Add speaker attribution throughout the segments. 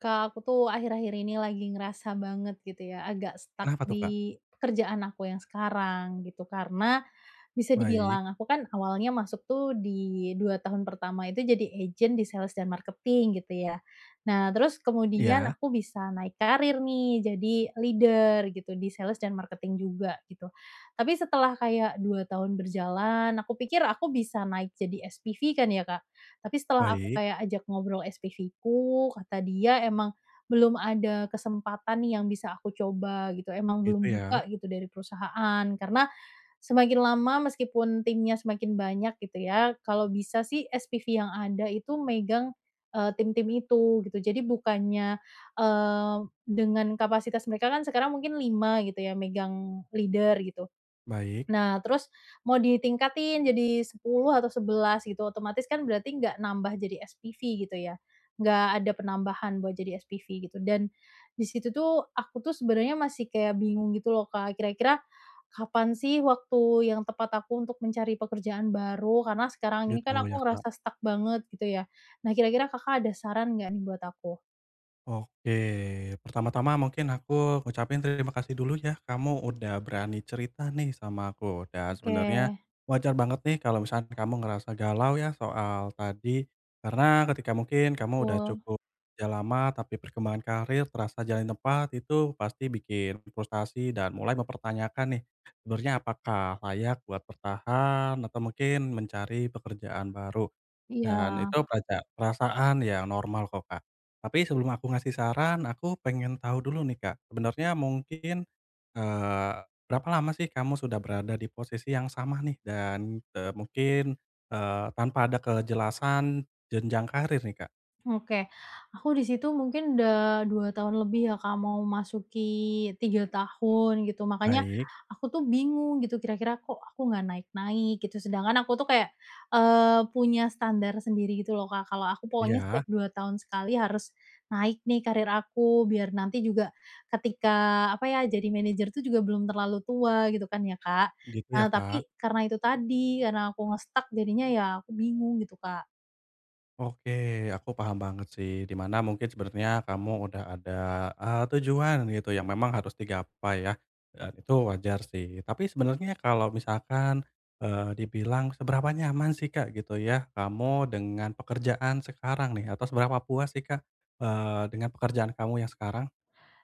Speaker 1: Kak, aku tuh akhir-akhir ini lagi ngerasa banget gitu ya, agak stuck
Speaker 2: Kenapa tuh, Kak?
Speaker 1: di pekerjaan aku yang sekarang gitu. Karena bisa
Speaker 2: Baik,
Speaker 1: dibilang, aku kan awalnya masuk tuh di 2 tahun pertama itu jadi agent di sales dan marketing gitu ya. Nah terus kemudian
Speaker 2: iya,
Speaker 1: aku bisa naik karir nih jadi leader gitu di sales dan marketing juga gitu. Tapi setelah kayak 2 tahun berjalan aku pikir aku bisa naik jadi SPV kan ya Kak, tapi setelah aku
Speaker 2: baik,
Speaker 1: kayak ajak ngobrol SPV-ku kata dia emang belum ada kesempatan nih yang bisa aku coba gitu, emang
Speaker 2: gitu
Speaker 1: belum
Speaker 2: ya,
Speaker 1: buka gitu dari perusahaan. Karena semakin lama meskipun timnya semakin banyak gitu ya, kalau bisa sih SPV yang ada itu megang tim-tim itu gitu. Jadi bukannya, eee, dengan kapasitas mereka kan sekarang mungkin 5 gitu ya megang leader gitu.
Speaker 2: baik,
Speaker 1: Nah, terus mau ditingkatin jadi 10 atau 11 gitu, otomatis kan berarti nggak nambah jadi SPV gitu ya, nggak ada penambahan buat jadi SPV gitu. Dan di situ tuh aku tuh sebenarnya masih kayak bingung gitu loh, Kak, kira-kira kapan sih waktu yang tepat aku untuk mencari pekerjaan baru? Karena sekarang ini
Speaker 2: gitu
Speaker 1: kan aku
Speaker 2: ya, Kak.
Speaker 1: ngerasa stuck banget gitu ya. Nah, kira-kira Kakak ada saran nggak nih buat aku?
Speaker 2: Oke, pertama-tama mungkin aku ngucapin terima kasih dulu ya, kamu udah berani cerita nih sama aku. Dan
Speaker 1: Oke,
Speaker 2: sebenarnya wajar banget nih kalau misalnya kamu ngerasa galau ya soal tadi, karena ketika mungkin kamu udah
Speaker 1: betul,
Speaker 2: cukup kerja lama tapi perkembangan karir terasa jalan tepat itu pasti bikin frustasi dan mulai mempertanyakan nih sebenarnya apakah layak buat bertahan atau mungkin mencari pekerjaan baru.
Speaker 1: iya.
Speaker 2: Dan itu peraca perasaan yang normal kok, Kak. Tapi sebelum aku ngasih saran, aku pengen tahu dulu nih, Kak. Sebenarnya mungkin, eee, berapa lama sih kamu sudah berada di posisi yang sama nih dan, mungkin, tanpa ada kejelasan jenjang karir nih, Kak?
Speaker 1: Oke. Aku di situ mungkin udah 2 tahun lebih ya, Kak, mau masuki 3 tahun gitu. Makanya
Speaker 2: Baik,
Speaker 1: aku tuh bingung gitu kira-kira kok aku nggak naik-naik gitu. Sedangkan aku tuh kayak, punya standar sendiri gitu loh, Kak. Kalau aku pokoknya
Speaker 2: ya,
Speaker 1: setiap 2 tahun sekali harus naik nih karir aku, biar nanti juga ketika apa ya, jadi manajer tuh juga belum terlalu tua gitu kan ya, Kak.
Speaker 2: gitu ya,
Speaker 1: Nah,
Speaker 2: Kak?
Speaker 1: tapi karena itu tadi, karena aku ngestak jadinya ya aku bingung gitu, Kak.
Speaker 2: Oke, aku paham banget sih, dimana mungkin sebenarnya kamu udah ada, tujuan gitu yang memang harus digapai ya, dan itu wajar sih. Tapi sebenarnya kalau misalkan, dibilang seberapa nyaman sih, Kak, gitu ya, kamu dengan pekerjaan sekarang nih? Atau seberapa puas sih, Kak, dengan pekerjaan kamu yang sekarang?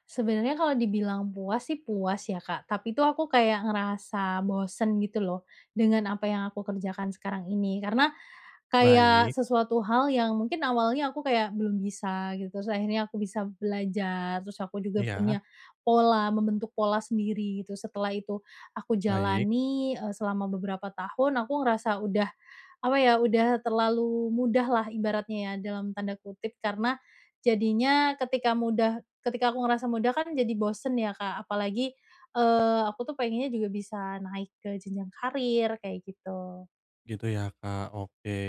Speaker 1: Sebenarnya kalau dibilang puas sih puas ya Kak, tapi tuh aku kayak ngerasa bosen gitu loh, dengan apa yang aku kerjakan sekarang ini. Karena kayak
Speaker 2: Baik,
Speaker 1: sesuatu hal yang mungkin awalnya aku kayak belum bisa gitu, terus akhirnya aku bisa belajar, terus aku juga
Speaker 2: iya,
Speaker 1: punya pola, membentuk pola sendiri gitu. Setelah itu aku
Speaker 2: baik.
Speaker 1: jalani, selama beberapa tahun, aku ngerasa udah apa ya, udah terlalu mudah lah ibaratnya ya, dalam tanda kutip, karena jadinya ketika mudah ketika aku ngerasa mudah kan jadi bosen ya, Kak, apalagi, aku tuh pengennya juga bisa naik ke jenjang karir, kayak gitu.
Speaker 2: Gitu ya, Kak, oke.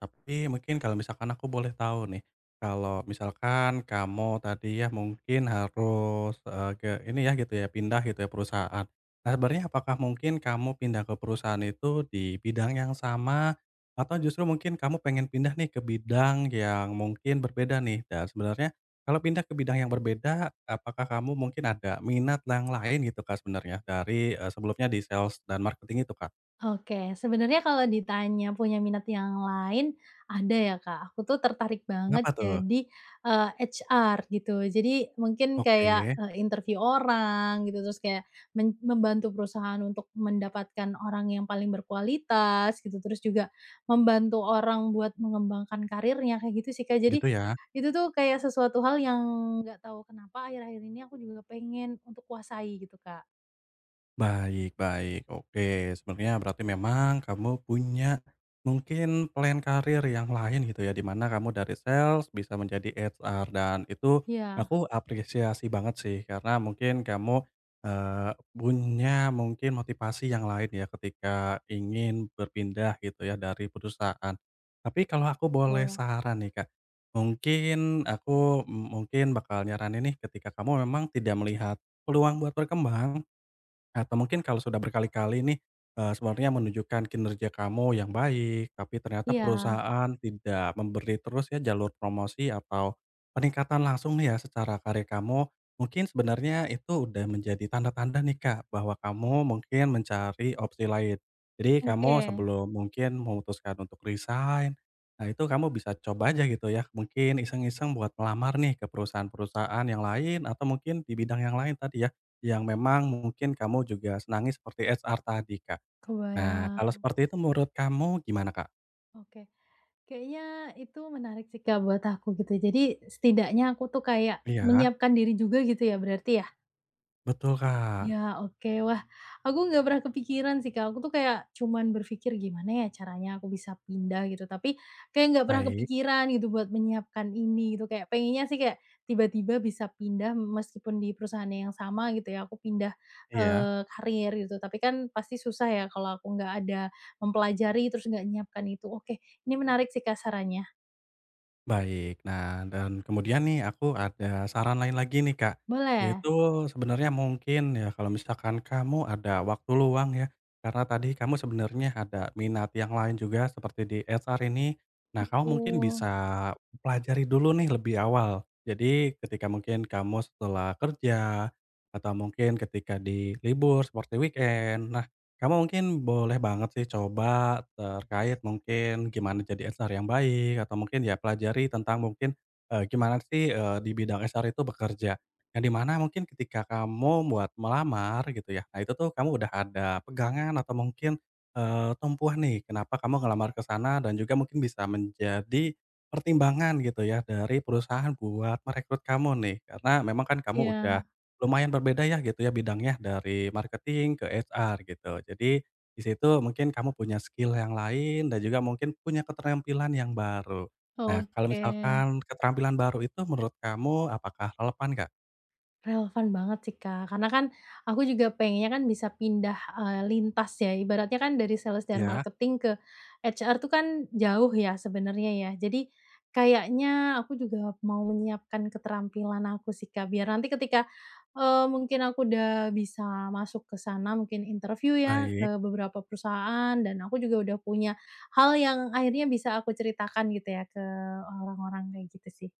Speaker 2: Tapi mungkin kalau misalkan aku boleh tahu nih, kalau misalkan kamu tadi ya mungkin harus, ke ini ya gitu ya, pindah gitu ya perusahaan. Nah sebenarnya apakah mungkin kamu pindah ke perusahaan itu di bidang yang sama, atau justru mungkin kamu pengen pindah nih ke bidang yang mungkin berbeda nih? Dan sebenarnya kalau pindah ke bidang yang berbeda, apakah kamu mungkin ada minat yang lain gitu, Kak, sebenarnya dari, sebelumnya di sales dan marketing itu, Kak?
Speaker 1: Oke, sebenarnya kalau ditanya punya minat yang lain, ada ya Kak. Aku tuh tertarik banget
Speaker 2: Kenapa tuh?
Speaker 1: jadi, eee, HR gitu. Jadi mungkin kayak,
Speaker 2: Oke.
Speaker 1: interview orang gitu, terus kayak membantu perusahaan untuk mendapatkan orang yang paling berkualitas gitu, terus juga membantu orang buat mengembangkan karirnya, kayak gitu sih Kak. Jadi,
Speaker 2: Gitu ya?
Speaker 1: itu tuh kayak sesuatu hal yang nggak tahu kenapa akhir-akhir ini aku juga pengen untuk kuasai gitu Kak.
Speaker 2: Baik, baik, oke. Sebenarnya berarti memang kamu punya mungkin plan karir yang lain gitu ya, di mana kamu dari sales bisa menjadi HR, dan itu
Speaker 1: Iya,
Speaker 2: aku apresiasi banget sih karena mungkin kamu, punya mungkin motivasi yang lain ya ketika ingin berpindah gitu ya dari perusahaan. Tapi kalau aku boleh
Speaker 1: betul.
Speaker 2: saran nih, Kak, mungkin aku mungkin bakal nyaranin nih ketika kamu memang tidak melihat peluang buat berkembang. Atau mungkin kalau sudah berkali-kali nih, sebenarnya menunjukkan kinerja kamu yang baik, tapi ternyata
Speaker 1: Iya,
Speaker 2: perusahaan tidak memberi terus ya jalur promosi atau peningkatan langsung nih ya secara karir kamu. Mungkin sebenarnya itu udah menjadi tanda-tanda nih, Kak, bahwa kamu mungkin mencari opsi lain. Jadi
Speaker 1: oke.
Speaker 2: kamu sebelum mungkin memutuskan untuk resign, nah itu kamu bisa coba aja gitu ya, mungkin iseng-iseng buat melamar nih ke perusahaan-perusahaan yang lain atau mungkin di bidang yang lain tadi ya. Yang memang mungkin kamu juga senangi seperti HR tadi, Kak. Nah, kalau
Speaker 1: Kebayang,
Speaker 2: seperti itu menurut kamu gimana, Kak?
Speaker 1: oke. Kayaknya itu menarik sih, Kak, buat aku gitu. Jadi setidaknya aku tuh kayak
Speaker 2: Iya,
Speaker 1: menyiapkan diri juga gitu ya berarti ya?
Speaker 2: betul, Kak.
Speaker 1: Ya, oke. Wah, aku nggak pernah kepikiran sih, Kak. Aku tuh kayak cuman berpikir, "Gimana ya caranya aku bisa pindah?" Gitu, tapi kayak nggak pernah
Speaker 2: Baik,
Speaker 1: kepikiran gitu buat menyiapkan ini, gitu. Kayak pengennya sih kayak tiba-tiba bisa pindah meskipun di perusahaan yang sama gitu ya, aku pindah,
Speaker 2: iya.
Speaker 1: karier gitu. Tapi kan pasti susah ya kalau aku nggak ada mempelajari, terus nggak nyiapkan itu. Oke, ini menarik sih, kasarannya.
Speaker 2: Baik. Nah, dan kemudian nih aku ada saran lain lagi nih, Kak.
Speaker 1: Boleh.
Speaker 2: Yaitu sebenarnya mungkin ya kalau misalkan kamu ada waktu luang ya, karena tadi kamu sebenarnya ada minat yang lain juga seperti di HR ini. Nah, kamu mungkin
Speaker 1: Betul.
Speaker 2: bisa pelajari dulu nih lebih awal. Jadi ketika mungkin kamu setelah kerja atau mungkin ketika di libur seperti weekend. Kamu mungkin boleh banget sih coba terkait mungkin gimana jadi HR yang baik atau mungkin ya pelajari tentang mungkin, gimana sih, di bidang HR itu bekerja. Yang di mana mungkin ketika kamu buat melamar gitu ya, nah itu tuh kamu udah ada pegangan atau mungkin, tumpuan nih kenapa kamu ngelamar ke sana dan juga mungkin bisa menjadi pertimbangan gitu ya dari perusahaan buat merekrut kamu nih. Karena memang kan kamu
Speaker 1: Ya,
Speaker 2: udah lumayan berbeda ya gitu ya bidangnya dari marketing ke HR gitu. Jadi di situ mungkin kamu punya skill yang lain dan juga mungkin punya keterampilan yang baru. Nah kalau
Speaker 1: oke.
Speaker 2: misalkan keterampilan baru itu menurut kamu apakah relevan, Kak?
Speaker 1: Relevan banget sih, Kak, karena kan aku juga pengennya kan bisa pindah, lintas ya, ibaratnya kan dari sales dan
Speaker 2: Iya,
Speaker 1: marketing ke HR tuh kan jauh ya sebenarnya ya. Jadi kayaknya aku juga mau menyiapkan keterampilan aku sih, Kak, biar nanti ketika, mungkin aku udah bisa masuk ke sana mungkin interview ya
Speaker 2: baik.
Speaker 1: ke beberapa perusahaan dan aku juga udah punya hal yang akhirnya bisa aku ceritakan gitu ya ke orang-orang kayak gitu sih.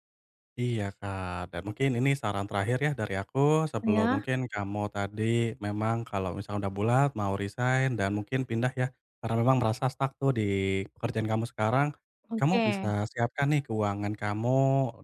Speaker 2: Iya, Kak, dan mungkin ini saran terakhir ya dari aku, sebelum
Speaker 1: Ya?
Speaker 2: mungkin kamu tadi memang kalau misalnya udah bulat mau resign dan mungkin pindah ya, karena memang merasa stuck tuh di pekerjaan kamu sekarang, kamu
Speaker 1: Oke.
Speaker 2: bisa siapkan nih keuangan kamu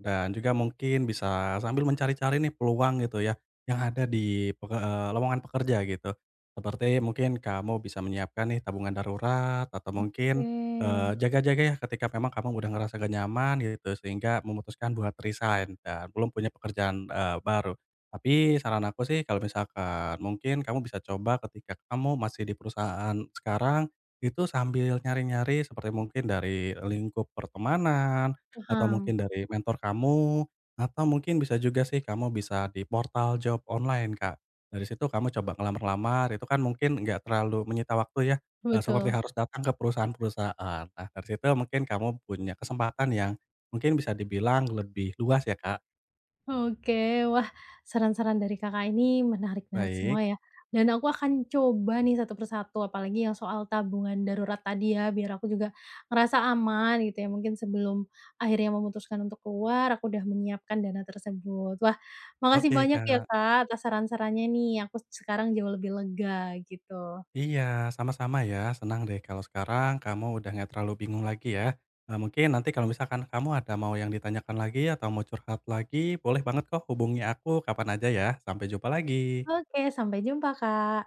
Speaker 2: dan juga mungkin bisa sambil mencari-cari nih peluang gitu ya, yang ada di lowongan pekerja gitu. Seperti mungkin kamu bisa menyiapkan nih tabungan darurat atau mungkin
Speaker 1: Oke.
Speaker 2: jaga-jaga ya ketika memang kamu udah ngerasa gak nyaman gitu sehingga memutuskan buat resign dan belum punya pekerjaan, baru. Tapi saran aku sih kalau misalkan mungkin kamu bisa coba ketika kamu masih di perusahaan sekarang, itu sambil nyari-nyari seperti mungkin dari lingkup pertemanan atau
Speaker 1: Paham,
Speaker 2: mungkin dari mentor kamu atau mungkin bisa juga sih kamu bisa di portal job online, Kak. Dari situ kamu coba ngelamar-lamar itu kan mungkin nggak terlalu menyita waktu ya, seperti
Speaker 1: betul.
Speaker 2: harus datang ke perusahaan-perusahaan. Nah, dari situ mungkin kamu punya kesempatan yang mungkin bisa dibilang lebih luas ya, Kak.
Speaker 1: Oke, wah saran-saran dari Kakak ini menarik-narik semua
Speaker 2: Baik.
Speaker 1: ya. Dan aku akan coba nih satu persatu, apalagi yang soal tabungan darurat tadi ya, biar aku juga ngerasa aman gitu ya. Mungkin sebelum akhirnya memutuskan untuk keluar, aku udah menyiapkan dana tersebut. Wah, makasih
Speaker 2: Oke,
Speaker 1: banyak ya
Speaker 2: Kak.
Speaker 1: Kak atas saran-sarannya nih. Aku sekarang jauh lebih lega gitu.
Speaker 2: Iya, sama-sama ya. Senang deh kalau sekarang kamu udah nggak terlalu bingung lagi ya. Mungkin nanti kalau misalkan kamu ada mau yang ditanyakan lagi atau mau curhat lagi, boleh banget kok hubungi aku kapan aja ya. Sampai jumpa lagi.
Speaker 1: Oke, sampai jumpa Kak.